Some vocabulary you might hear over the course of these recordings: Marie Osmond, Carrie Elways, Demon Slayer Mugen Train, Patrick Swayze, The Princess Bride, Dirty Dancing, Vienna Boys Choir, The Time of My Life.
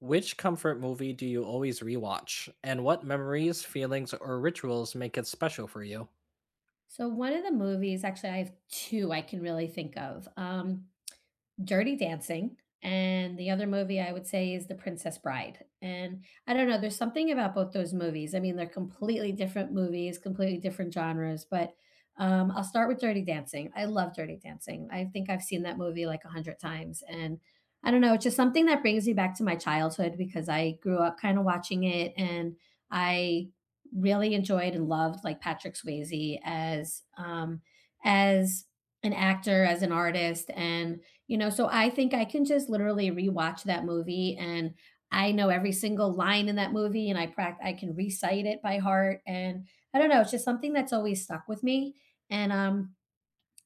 Which comfort movie do you always rewatch? And what memories, feelings, or rituals make it special for you? So one of the movies, actually, I have two I can really think of. Dirty Dancing, and the other movie I would say is The Princess Bride, and I don't know, there's something about both those movies. I mean, they're completely different movies, completely different genres, but I'll start with Dirty Dancing. I love Dirty Dancing. I think I've seen that movie like 100 times, and I don't know, it's just something that brings me back to my childhood because I grew up kinda watching it, and I really enjoyed and loved, like, Patrick Swayze as, as an actor, as an artist, and so I think I can just literally rewatch that movie, and I know every single line in that movie and I prac I can recite it by heart. And I don't know, it's just something that's always stuck with me. and um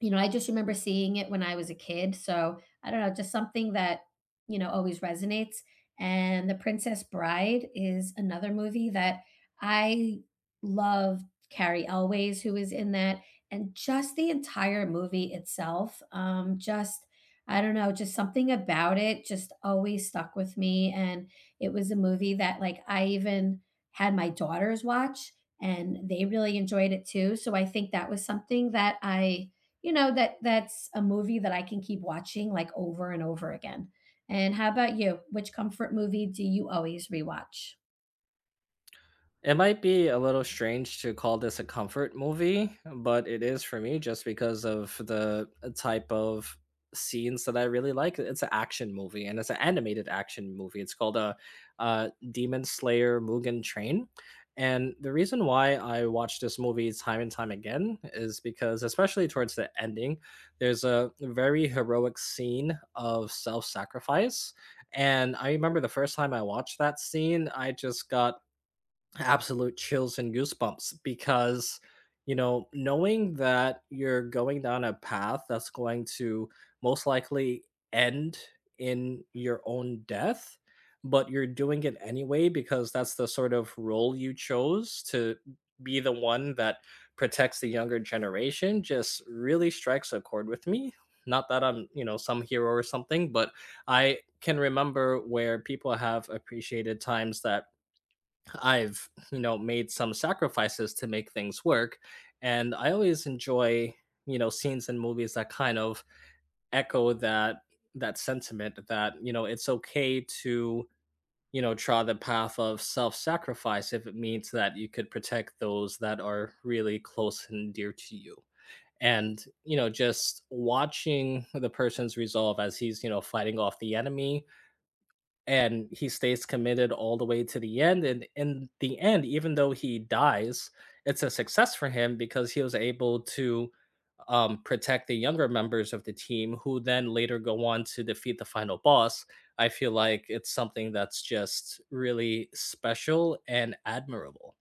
I just remember seeing it when I was a kid, so I don't know, just something that, you know, always resonates. And The Princess Bride is another movie that I loved. Carrie Elways, who was in that, and just the entire movie itself, just I don't know, just something about it just always stuck with me. And it was a movie that, like, I even had my daughters watch, and they really enjoyed it too, so I think that was something that that that's a movie that I can keep watching, like, over and over again. And how about you? Which comfort movie do you always rewatch? It might be a little strange to call this a comfort movie, but it is for me just because of the type of scenes that I really like. It's an action movie and it's an animated action movie. It's called Demon Slayer Mugen Train. And the reason why I watch this movie time and time again is because, especially towards the ending, there's a very heroic scene of self sacrifice. And I remember the first time I watched that scene, I just got absolute chills and goosebumps because you know, knowing that you're going down a path that's going to most likely end in your own death, but you're doing it anyway because that's the sort of role you chose, to be the one that protects the younger generation, just really strikes a chord with me. Not that I'm, you know, some hero or something, but I can remember where people have appreciated times that I've, you know, made some sacrifices to make things work. And I always enjoy, you know, scenes in movies that kind of echo that sentiment, that, you know, it's okay to, try the path of self-sacrifice if it means that you could protect those that are really close and dear to you. And, you know, just watching the person's resolve as he's, you know, fighting off the enemy, and he stays committed all the way to the end, and in the end, even though he dies, it's a success for him because he was able to protect the younger members of the team, who then later go on to defeat the final boss. I feel like it's something that's just really special and admirable.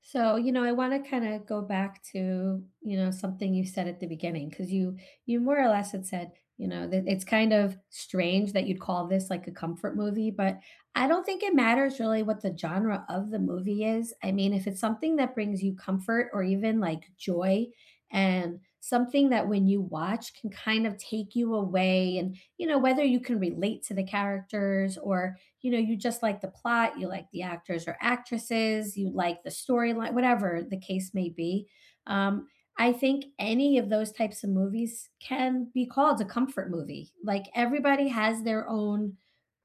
So, you know, I want to kind of go back to, you know, something you said at the beginning because you more or less had said, you know, that it's kind of strange that you'd call this like a comfort movie, but I don't think it matters really what the genre of the movie is. I mean, if it's something that brings you comfort or even like joy, and something that when you watch can kind of take you away and, you know, whether you can relate to the characters or you know, you just like the plot, you like the actors or actresses, you like the storyline, whatever the case may be. Um, I think any of those types of movies can be called a comfort movie. Like, everybody has their own,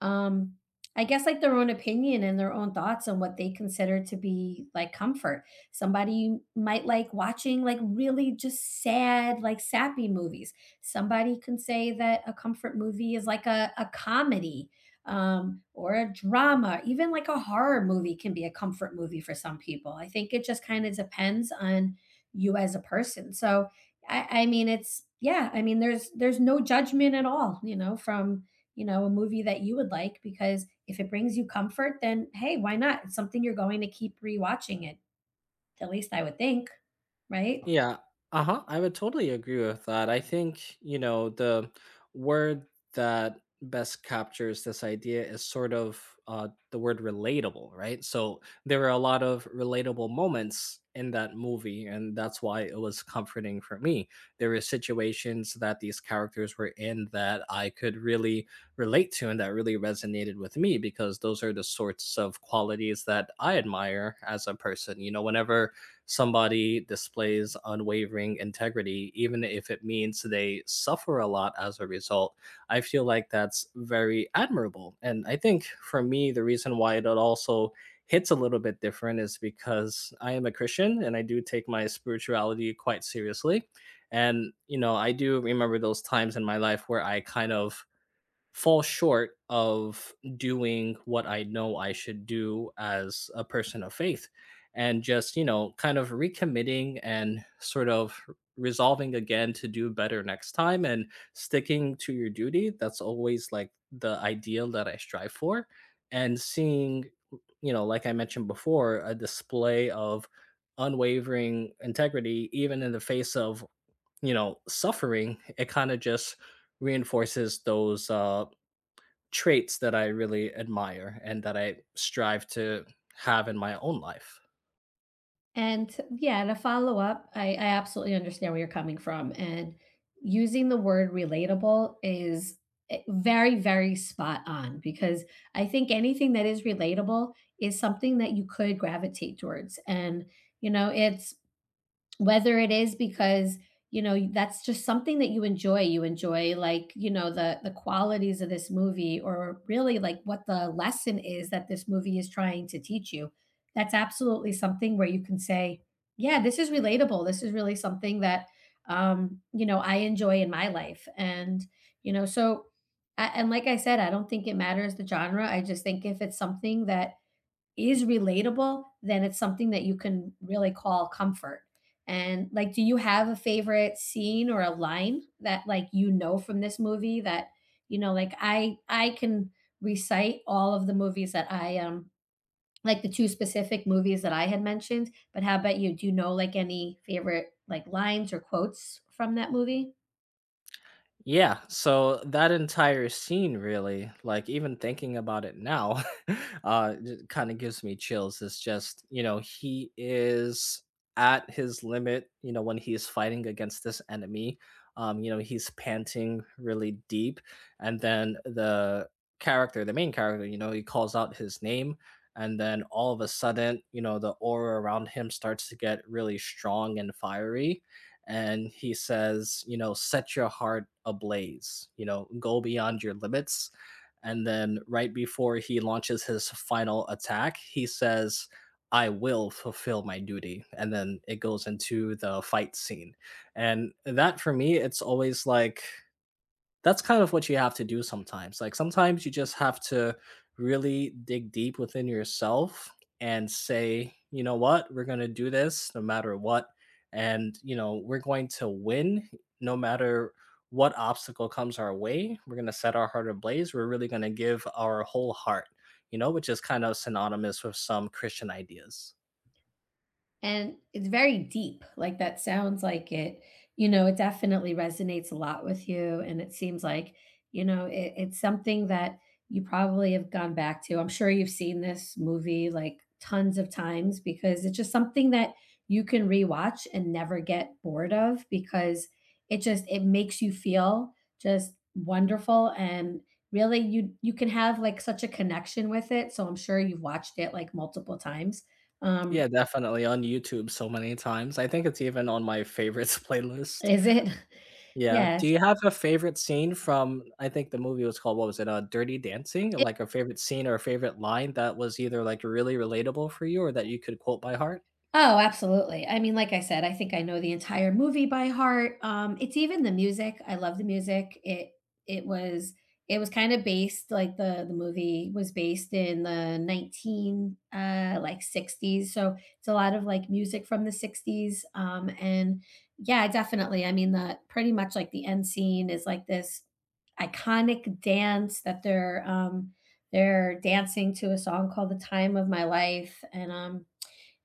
um, I guess, like their own opinion and their own thoughts on what they consider to be like comfort. Somebody might like watching like really just sad, like sappy movies. Somebody can say that a comfort movie is like a comedy or a drama, even like a horror movie can be a comfort movie for some people. I think it just kind of depends on you as a person. So I mean, it's yeah. I mean, there's no judgment at all, you know, from you know a movie that you would like, because if it brings you comfort, then hey, why not? It's something you're going to keep rewatching it. At least I would think, right? Yeah. Uh-huh. I would totally agree with that. I think, you know, the word that best captures this idea is sort of the word relatable, right? So there were a lot of relatable moments in that movie, and that's why it was comforting for me. There were situations that these characters were in that I could really relate to and that really resonated with me, because those are the sorts of qualities that I admire as a person. You know, whenever somebody displays unwavering integrity, even if it means they suffer a lot as a result, I feel like that's very admirable. And I think for me, the reason why it also hits a little bit different is because I am a Christian and I do take my spirituality quite seriously. And, you know, I do remember those times in my life where I kind of fall short of doing what I know I should do as a person of faith, and just, you know, kind of recommitting and sort of resolving again to do better next time and sticking to your duty. That's always like the ideal that I strive for. And seeing, you know, like I mentioned before, a display of unwavering integrity, even in the face of, you know, suffering, it kind of just reinforces those traits that I really admire and that I strive to have in my own life. And yeah, and a follow up, I absolutely understand where you're coming from. And using the word relatable is very, very spot on, because I think anything that is relatable is something that you could gravitate towards. And, you know, it's whether it is because you know that's just something that you enjoy, you enjoy, like, you know, the qualities of this movie, or really like what the lesson is that this movie is trying to teach you. That's absolutely something where you can say, yeah, this is relatable, this is really something that you know I enjoy in my life. And you know, so and like I said, I don't think it matters the genre. I just think if it's something that is relatable, then it's something that you can really call comfort. And like, do you have a favorite scene or a line that, like, you know, from this movie, that you know, like I can recite all of the movies that I like, the two specific movies that I had mentioned, but how about you? Do you know like any favorite like lines or quotes from that movie? Yeah, so that entire scene really, like even thinking about it now, uh kind of gives me chills. It's just, you know, he is at his limit, you know, when he's fighting against this enemy. You know, he's panting really deep, and then the character, the main character, you know, he calls out his name, and then all of a sudden, you know, the aura around him starts to get really strong and fiery, and he says, you know, set your heart ablaze, you know, go beyond your limits. And then right before he launches his final attack, he says, I will fulfill my duty. And then it goes into the fight scene. And that for me, it's always like, that's kind of what you have to do sometimes. Like sometimes you just have to really dig deep within yourself and say, you know what, we're going to do this no matter what. And, you know, we're going to win no matter what obstacle comes our way. We're going to set our heart ablaze. We're really going to give our whole heart, you know, which is kind of synonymous with some Christian ideas. And it's very deep. Like that sounds like it, you know, it definitely resonates a lot with you. And it seems like, you know, it, it's something that you probably have gone back to. I'm sure you've seen this movie like tons of times because it's just something that you can rewatch and never get bored of, because it just it makes you feel just wonderful, and really you can have like such a connection with it. So I'm sure you've watched it like multiple times. um Yeah, definitely on YouTube so many times. I think it's even on my favorites playlist. Is it? Yeah. Yes. Do you have a favorite scene from, I think the movie was called, what was it, Dirty Dancing? Like a favorite scene or a favorite line that was either, like, really relatable for you or that you could quote by heart? Oh, absolutely. I mean, like I said, I think I know the entire movie by heart. It's even the music. I love the music. It was it was kind of based like the movie was based in the 19 like 60s. So it's a lot of like music from the 60s. And yeah, definitely. I mean, the pretty much like the end scene is like this iconic dance that they're dancing to, a song called The Time of My Life. And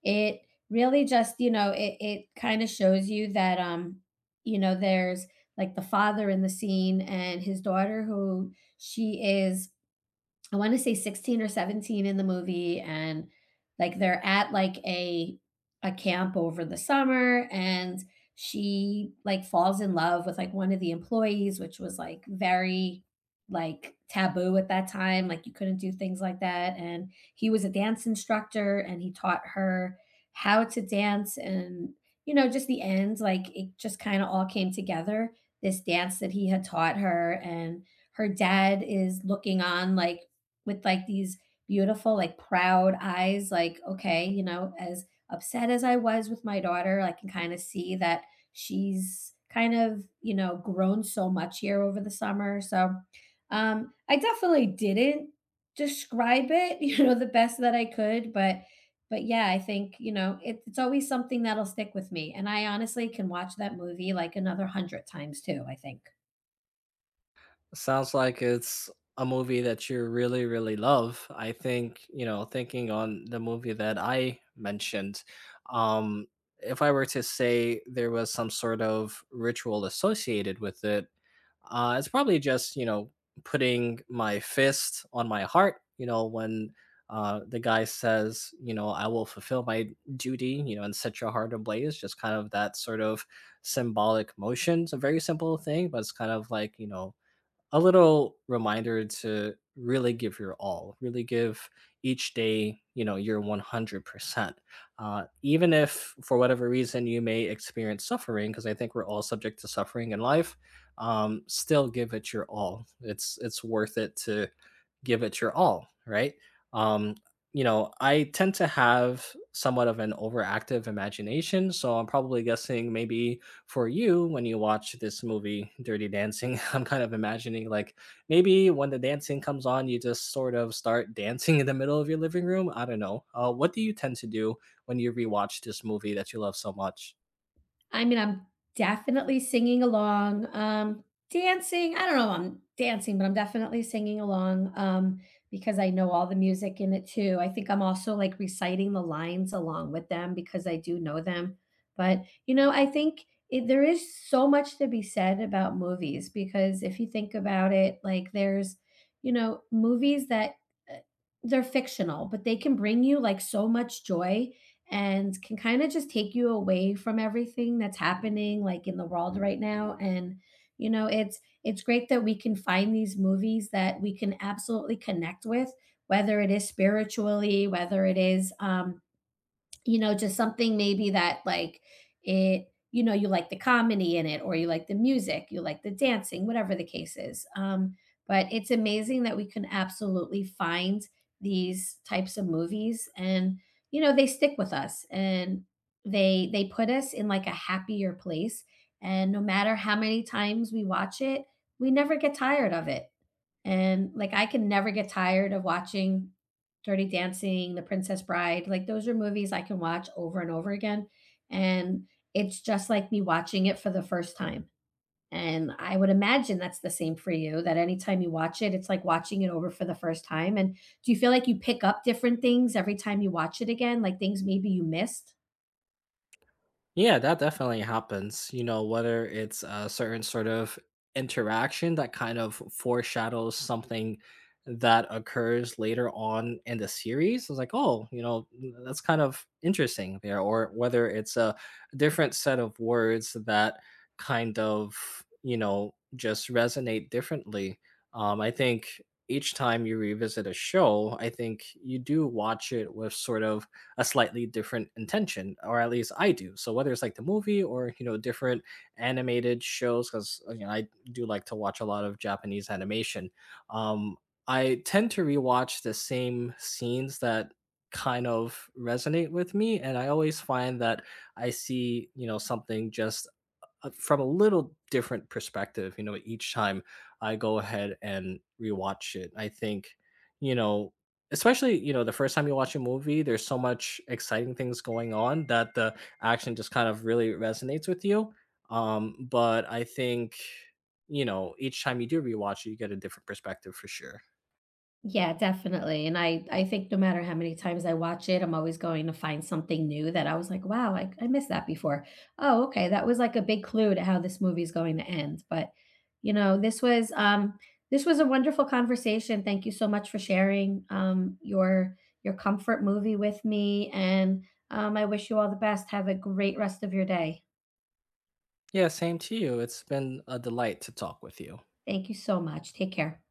it really just, you know, it kinda shows you that, you know, there's, like, the father in the scene and his daughter, who she is I want to say 16 or 17 in the movie, and like they're at like a camp over the summer, and she like falls in love with like one of the employees, which was like very like taboo at that time, like you couldn't do things like that. And he was a dance instructor, and he taught her how to dance. And you know, just the end, like, it just kind of all came together, this dance that he had taught her. And her dad is looking on like with like these beautiful, like proud eyes, like, okay, you know, as upset as I was with my daughter, I can kind of see that she's kind of, you know, grown so much here over the summer. So I definitely didn't describe it, you know, the best that I could, but yeah, I think, you know, it, it's always something that'll stick with me. And I honestly can watch that movie like another 100 times too, I think. Sounds like it's a movie that you really, really love. I think, you know, thinking on the movie that I mentioned, um, if I were to say there was some sort of ritual associated with it, it's probably just, you know, putting my fist on my heart, you know, when the guy says, you know, I will fulfill my duty, you know, and set your heart ablaze, just kind of that sort of symbolic motion. It's a very simple thing, but it's kind of like, you know, a little reminder to really give your all, really give each day, you know, your 100%. Even if for whatever reason you may experience suffering, because I think we're all subject to suffering in life, still give it your all. It's worth it to give it your all, right? Um, you know, I tend to have somewhat of an overactive imagination, so I'm probably guessing maybe for you, when you watch this movie Dirty Dancing, I'm kind of imagining, like, maybe when the dancing comes on, you just sort of start dancing in the middle of your living room. I don't know, what do you tend to do when you rewatch this movie that you love so much? I mean, I'm definitely singing along, dancing. I don't know if I'm dancing, but I'm definitely singing along, because I know all the music in it too. I think I'm also like reciting the lines along with them because I do know them. But, you know, I think it, there is so much to be said about movies, because if you think about it, like there's, you know, movies that uh, they're fictional, but they can bring you like so much joy and can kind of just take you away from everything that's happening like in the world right now. And you know, it's great that we can find these movies that we can absolutely connect with, whether it is spiritually, whether it is you know, just something maybe that like it, you know, you like the comedy in it, or you like the music, you like the dancing, whatever the case is. But it's amazing that we can absolutely find these types of movies. And you know, they stick with us, and they put us in like a happier place, and no matter how many times we watch it, we never get tired of it. And like, I can never get tired of watching Dirty Dancing, The Princess Bride, like those are movies I can watch over and over again. And it's just like me watching it for the first time. And I would imagine that's the same for you, that anytime you watch it, it's like watching it over for the first time. And do you feel like you pick up different things every time you watch it again, like things maybe you missed? Yeah, that definitely happens. You know, whether it's a certain sort of interaction that kind of foreshadows something that occurs later on in the series, it's like, oh, you know, mm, that's kind of interesting there. Or whether it's a different set of words that kind of, you know, just resonate differently. I think each time you revisit a show, I think you do watch it with sort of a slightly different intention, or at least I do. So whether it's like the movie or, you know, different animated shows, because you know I do like to watch a lot of Japanese animation. Um, I tend to rewatch the same scenes that kind of resonate with me, and I always find that I see, you know, something just from a little different perspective, you know, each time I go ahead and rewatch it. I think, you know, especially, you know, the first time you watch a movie, there's so much exciting things going on that the action just kind of really resonates with you. But I think, you know, each time you do rewatch it, you get a different perspective for sure. Yeah, definitely. And I think no matter how many times I watch it, I'm always going to find something new that I was like, "Wow, I missed that before. Oh, okay, that was like a big clue to how this movie is going to end." But, you know, this was a wonderful conversation. Thank you so much for sharing your comfort movie with me. And I wish you all the best. Have a great rest of your day. Yeah, same to you. It's been a delight to talk with you. Thank you so much. Take care.